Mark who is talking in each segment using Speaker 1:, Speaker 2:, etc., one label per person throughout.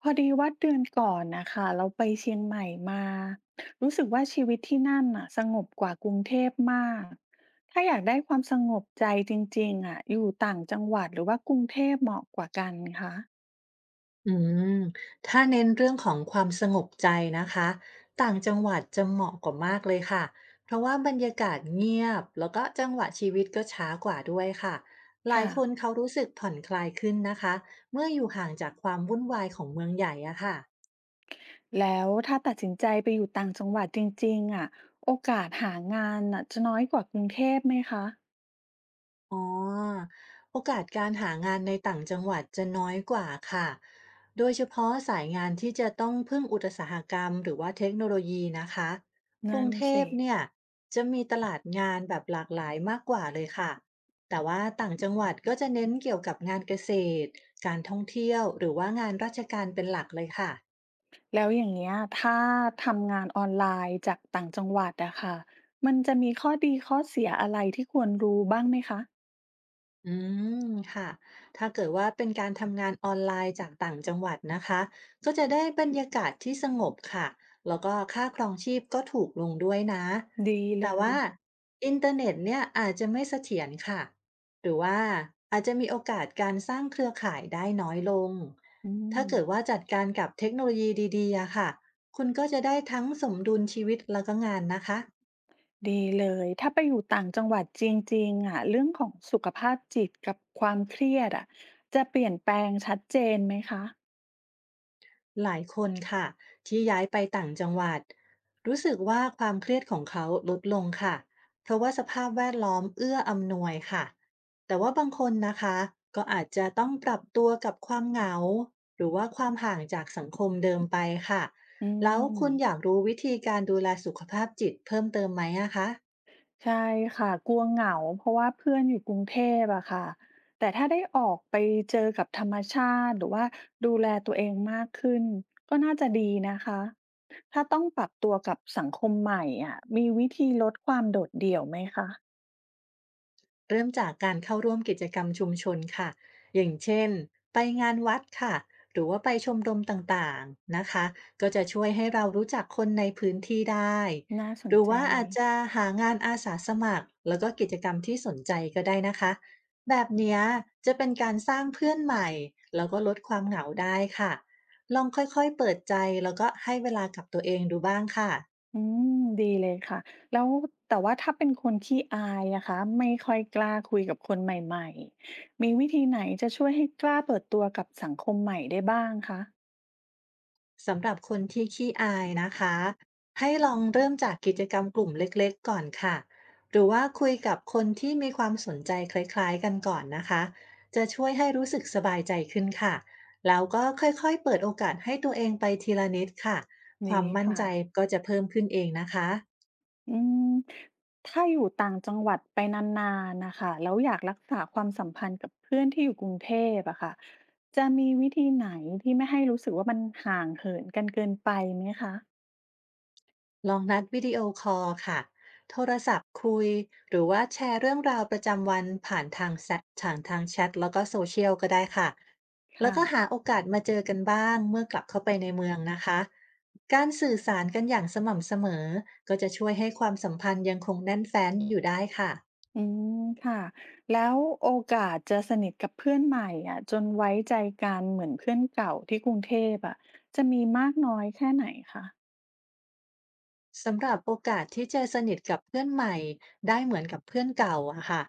Speaker 1: พอดีว่าเดือนก่อนนะคะเราไปเชียงใหม่มารู้สึกว่าชีวิตที่นั่นน่ะสงบกว่ากรุงเทพมากถ้าอยากได้ความสงบใจจริงๆอะอยู่ต่างจังหวัดหรือว่ากรุงเทพเหมาะกว่ากันคะ
Speaker 2: อืมถ้าเน้นเรื่องของความสงบใจนะคะต่างจังหวัดจะเหมาะกว่ามากเลยค่ะเพราะว่าบรรยากาศเงียบแล้วก็จังหวะชีวิตก็ช้ากว่าด้วยค่ะหลาย
Speaker 1: ค่ะ
Speaker 2: คนเขารู้สึกผ่อนคลายขึ้นนะคะเมื่ออยู่ห่างจากความวุ่นวายของเมืองใหญ่อะค่ะ
Speaker 1: แล้วถ้าตัดสินใจไปอยู่ต่างจังหวัดจริงๆอะโอกาสหางานน่ะจะน้อยกว่ากรุงเทพไหมคะ
Speaker 2: อ๋อโอกาสการหางานในต่างจังหวัดจะน้อยกว่าค่ะ โดยเฉพาะสายงานที่จะต้องพึ่งอุตสาหกรรมหรือว่าเทคโนโลยีนะคะกรุ
Speaker 1: นั่
Speaker 2: ง
Speaker 1: น
Speaker 2: เทพ
Speaker 1: สิ
Speaker 2: เนี่ยจะมีตลาดงานแบบหลากหลายมากกว่าเลยค่ะแต่ว่าต่างจังหวัดก็จะเน้นเกี่ยวกับงานเกษตร การท่องเที่ยวหรือว่างานราชการเป็นหลักเลยค่ะ
Speaker 1: แล้วอย่างเงี้ยถ้าทำงานออนไลน์จากต่างจังหวัดอะค่ะมันจะมีข้อดีข้อเสียอะไรที่ควรรู้บ้างไหมคะ
Speaker 2: อืมค่ะถ้าเกิดว่าเป็นการทำงานออนไลน์จากต่างจังหวัดนะคะ ก็จะได้บรรยากาศที่สงบค่ะ แล้วก็ค่าครองชีพก็ถูกลงด้วยนะ
Speaker 1: ดีเล
Speaker 2: แต่
Speaker 1: ย
Speaker 2: ว่าอินเทอร์เน็ตเนี่ยอาจจะไม่เสถียรค่ะหรือว่าอาจจะมีโอกาสการสร้างเครือข่ายได้น้อยลง
Speaker 1: อื
Speaker 2: ถ้า
Speaker 1: ม
Speaker 2: เกิดว่าจัดการกับเทคโนโลยีดีๆอะค่ะ คุณก็จะได้ทั้งสมดุลชีวิตแล้วก็งานนะคะ
Speaker 1: ดีเลย ถ้าไปอยู่ต่างจังหวัดจริงๆอะเรื่องของสุขภาพจิตกับความเครียดอะจะเปลี่ยนแปลงชัดเจนไหมคะ
Speaker 2: หลายคนค่ะที่ย้ายไปต่างจังหวัดรู้สึกว่าความเครียดของเขาลดลงค่ะเพราะว่าสภาพแวดล้อมเอื้ออำนวยค่ะแต่ว่าบางคนนะคะก็อาจจะต้องปรับตัวกับความเหงาหรือว่าความห่างจากสังคมเดิมไปค่ะ
Speaker 1: อื
Speaker 2: แล้ว
Speaker 1: ม
Speaker 2: คุณอยากรู้วิธีการดูแลสุขภาพจิตเพิ่มเติมไหมอะคะ
Speaker 1: ใช่ค่ะ กลัวเหงาเพราะว่าเพื่อนอยู่กรุงเทพอะค่ะแต่ถ้าได้ออกไปเจอกับธรรมชาติหรือว่าดูแลตัวเองมากขึ้นก็น่าจะดีนะคะ ถ้าต้องปรับตัวกับสังคมใหม่อะมีวิธีลดความโดดเดี่ยวไหมคะ
Speaker 2: เริ่มจากการเข้าร่วมกิจกรรมชุมชนค่ะอย่างเช่นไปงานวัดค่ะหรือว่าไปชมรมต่างๆนะคะก็จะช่วยให้เรารู้จักคนในพื้นที่ได้
Speaker 1: น่าส
Speaker 2: ห
Speaker 1: น
Speaker 2: รือ
Speaker 1: ใจ
Speaker 2: ว่าอาจจะหางานอาสาสมัครแล้วก็กิจกรรมที่สนใจก็ได้นะคะแบบเนี้ยจะเป็นการสร้างเพื่อนใหม่แล้วก็ลดความเหงาได้ค่ะลองค่อยๆเปิดใจแล้วก็ให้เวลากับตัวเองดูบ้างค่ะ
Speaker 1: อืมดีเลยค่ะแล้วแต่ว่าถ้าเป็นคนขี้อายอะคะไม่ค่อยกล้าคุยกับคนใหม่ๆมีวิธีไหนจะช่วยให้กล้าเปิดตัวกับสังคมใหม่ได้บ้างคะ
Speaker 2: สำหรับคนที่ขี้อายนะคะให้ลองเริ่มจากกิจกรรมกลุ่มเล็กๆก่อนค่ะหรือว่าคุยกับคนที่มีความสนใจคล้ายๆกันก่อนนะคะจะช่วยให้รู้สึกสบายใจขึ้นค่ะแล้วก็ค่อยๆเปิดโอกาสให้ตัวเองไปทีละนิดค่ะควา
Speaker 1: ดี
Speaker 2: มมั่น
Speaker 1: ค่ะ
Speaker 2: ใจก็จะเพิ่มขึ้นเองนะคะ
Speaker 1: อืมถ้าอยู่ต่างจังหวัดไปนานๆนะคะแล้วอยากรักษาความสัมพันธ์กับเพื่อนที่อยู่กรุงเทพอะค่ะจะมีวิธีไหนที่ไม่ให้รู้สึกว่ามันห่างเหินกันเกินไปไหมคะ
Speaker 2: ลองนัดวิดีโอคอลค่ะ โทรศัพท์คุย หรือว่าแชร์เรื่องราวประจำวันผ่านทางแชททางแชทแล้วก็โซเชียลก็ได้ค่ะ แล้ว
Speaker 1: ค่ะ
Speaker 2: ก็หาโอกาสมาเจอกันบ้างเมื่อกลับเข้าไปในเมืองนะคะ การสื่อสารกันอย่างสม่ำเสมอก็จะช่วยให้ความสัมพันธ์ยังคงแน่นแฟ้นอยู่ได้ค่ะ
Speaker 1: อืมค่ะแล้วโอกาสจะสนิทกับเพื่อนใหม่อ่ะจนไว้ใจกันเหมือนเพื่อนเก่าที่กรุงเทพอ่ะจะมีมากน้อยแค่ไหนคะ
Speaker 2: สำหรับโอกาสที่จะสนิทกับเพื่อนใหม่ได้เหมือนกับเพื่อนเก่าอะค่ะ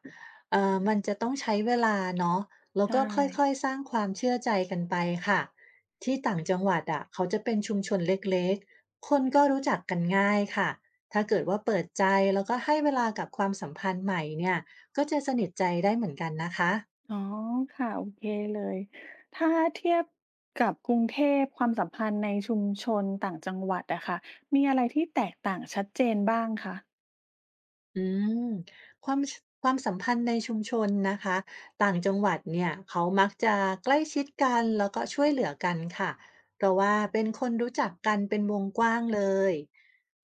Speaker 2: มันจะต้องใช้เวลาเนาะแล้วก็
Speaker 1: ใช่
Speaker 2: ค่อยๆสร้างความเชื่อใจกันไปค่ะที่ต่างจังหวัดอะเขาจะเป็นชุมชนเล็กๆคนก็รู้จักกันง่ายค่ะถ้าเกิดว่าเปิดใจแล้วก็ให้เวลากับความสัมพันธ์ใหม่เนี่ยก็จะสนิทใจได้เหมือนกันนะคะ
Speaker 1: อ๋อค่ะโอเคเลยถ้าเทียบกับกรุงเทพความสัมพันธ์ในชุมชนต่างจังหวัดอะค่ะมีอะไรที่แตกต่างชัดเจนบ้างคะ
Speaker 2: อืมความสัมพันธ์ในชุมชนนะคะต่างจังหวัดเนี่ยเขามักจะใกล้ชิดกันแล้วก็ช่วยเหลือกันค่ะเพราะว่าเป็นคนรู้จักกันเป็นวงกว้างเลย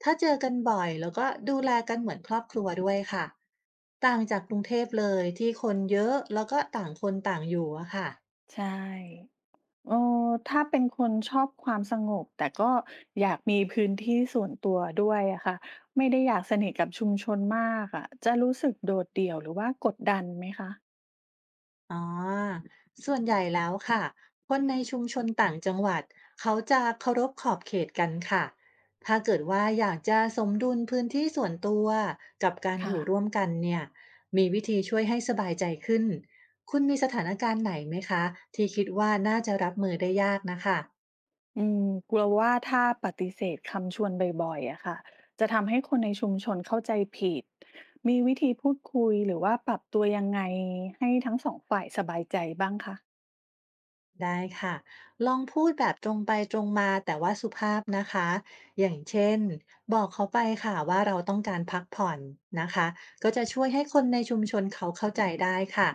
Speaker 2: ถ้าเจอกันบ่อยแล้วก็ดูแลกันเหมือนครอบครัวด้วยค่ะต่างจากกรุงเทพเลยที่คนเยอะแล้วก็ต่างคนต่างอยู่อะค่ะ
Speaker 1: ใช่ เออถ้าเป็นคนชอบความสงบแต่ก็อยากมีพื้นที่ส่วนตัวด้วยอะค่ะไม่ได้อยากสนิทกับชุมชนมากอะจะรู้สึกโดดเดี่ยวหรือว่ากดดันไหมคะ
Speaker 2: อ๋อ ส่วนใหญ่แล้วค่ะคนในชุมชนต่างจังหวัดเขาจะเคารพขอบเขตกันค่ะถ้าเกิดว่าอยากจะสมดุลพื้นที่ส่วนตัวกับการอ
Speaker 1: ค่ะ
Speaker 2: ยู่ร่วมกันเนี่ย มีวิธีช่วยให้สบายใจขึ้น คุณมีสถานการณ์ไหนไหมคะที่คิดว่าน่าจะรับมือได้ยากนะคะ
Speaker 1: อืมกลัวว่าถ้าปฏิเสธคำชวนบ่อยๆอะค่ะจะทำให้คนในชุมชนเข้าใจผิดมีวิธีพูดคุยหรือว่าปรับตัวยังไงให้ทั้งสองฝ่ายสบายใจบ้างคะ
Speaker 2: ได้ค่ะ ลองพูดแบบตรงไปตรงมาแต่ว่าสุภาพนะคะ อย่างเช่นบอกเขาไปค่ะว่าเราต้องการพักผ่อนนะคะ ก็จะช่วยให้คนในชุมชนเขาเข้าใจได้ค่ะ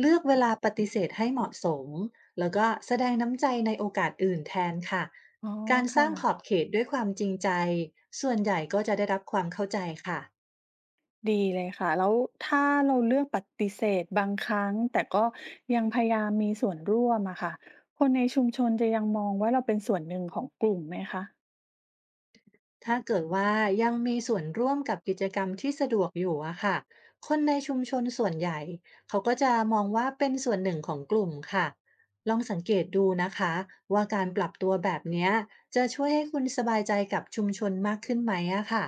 Speaker 2: เลือกเวลาปฏิเสธให้เหมาะสมแล้วก็แสดงน้ำใจในโอกาสอื่นแทนค่ะ
Speaker 1: อ๋อ
Speaker 2: การส
Speaker 1: ค่ะ
Speaker 2: ร้างขอบเขตด้วยความจริงใจส่วนใหญ่ก็จะได้รับความเข้าใจค่ะ
Speaker 1: ดีเลยค่ะแล้วถ้าเราเลือกปฏิเสธบางครั้งแต่ก็ยังพยายามมีส่วนร่วมอะค่ะคนในชุมชนจะยังมองว่าเราเป็นส่วนหนึ่งของกลุ่มไหมคะ
Speaker 2: ถ้าเกิดว่ายังมีส่วนร่วมกับกิจกรรมที่สะดวกอยู่อะค่ะคนในชุมชนส่วนใหญ่เขาก็จะมองว่าเป็นส่วนหนึ่งของกลุ่มค่ะลองสังเกตดูนะคะว่าการปรับตัวแบบเนี้ยจะช่วยให้คุณสบายใจกับชุมชนมากขึ้นไหมอะค่ะ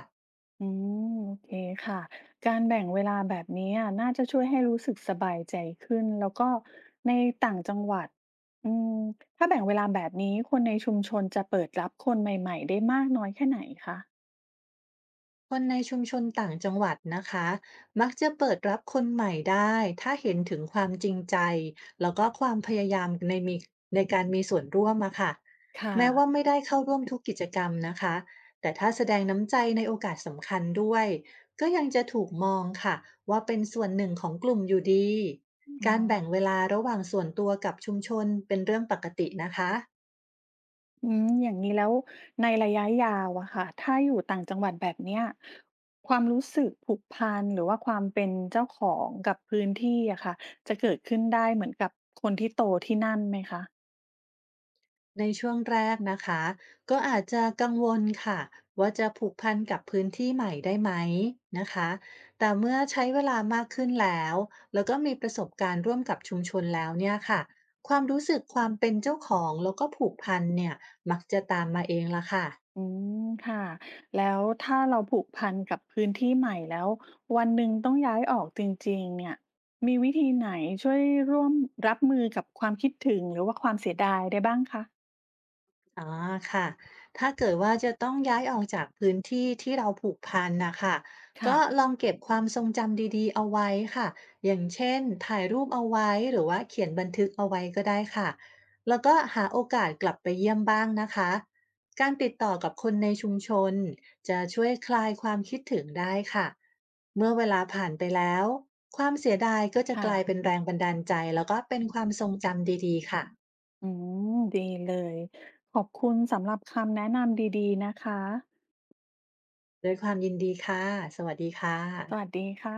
Speaker 1: อืมโอเคค่ะการแบ่งเวลาแบบนี้อะน่าจะช่วยให้รู้สึกสบายใจขึ้นแล้วก็ในต่างจังหวัดอืมถ้าแบ่งเวลาแบบนี้คนในชุมชนจะเปิดรับคนใหม่ๆได้มากน้อยแค่ไหนคะ
Speaker 2: คนในชุมชนต่างจังหวัดนะคะมักจะเปิดรับคนใหม่ได้ถ้าเห็นถึงความจริงใจแล้วก็ความพยายามในการมีส่วนร่วมอะค่ะ
Speaker 1: ค่ะ
Speaker 2: แม้ว่าไม่ได้เข้าร่วมทุกกิจกรรมนะคะแต่ถ้าแสดงน้ำใจในโอกาสสำคัญด้วยก็ยังจะถูกมองค่ะว่าเป็นส่วนหนึ่งของกลุ่มอยู่ดี
Speaker 1: อ๋อ
Speaker 2: การแบ่งเวลาระหว่างส่วนตัวกับชุมชนเป็นเรื่องปกตินะคะ
Speaker 1: อืมอย่างนี้แล้วในระยะยาวอะค่ะถ้าอยู่ต่างจังหวัดแบบเนี้ยความรู้สึกผูกพันหรือว่าความเป็นเจ้าของกับพื้นที่อะค่ะจะเกิดขึ้นได้เหมือนกับคนที่โตที่นั่นไหมคะ
Speaker 2: ในช่วงแรกนะคะก็อาจจะกังวลค่ะว่าจะผูกพันกับพื้นที่ใหม่ได้ไหมนะคะแต่เมื่อใช้เวลามากขึ้นแล้วก็มีประสบการณ์ร่วมกับชุมชนแล้วเนี่ยค่ะความรู้สึกความเป็นเจ้าของแล้วก็ผูกพันเนี่ยมักจะตามมาเองละค่ะ
Speaker 1: อืมค่ะแล้วถ้าเราผูกพันกับพื้นที่ใหม่แล้ววันหนึ่งต้องย้ายออกจริงๆเนี่ยมีวิธีไหนช่วยร่วมรับมือกับความคิดถึงหรือว่าความเสียดายได้บ้างคะ
Speaker 2: อ๋อค่ะถ้าเกิดว่าจะต้องย้ายออกจากพื้นที่ที่เราผูกพันนะคะ
Speaker 1: ค่ะ
Speaker 2: ก็ลองเก็บความทรงจำดีๆเอาไว้ค่ะ อย่างเช่นถ่ายรูปเอาไว้หรือว่าเขียนบันทึกเอาไว้ก็ได้ค่ะ แล้วก็หาโอกาสกลับไปเยี่ยมบ้างนะคะการติดต่อกับคนในชุมชนจะช่วยคลายความคิดถึงได้ค่ะ เมื่อเวลาผ่านไปแล้วความเสียดายก็จะก
Speaker 1: ค่ะ
Speaker 2: ลายเป็นแรงบันดาลใจแล้วก็เป็นความทรงจำดีๆค่ะ
Speaker 1: อืมดีเลยขอบคุณสำหรับคำแนะนำดีๆนะคะ
Speaker 2: ด้วยความยินดีค่ะ สวัสดีค่ะ
Speaker 1: สวัสดีค่ะ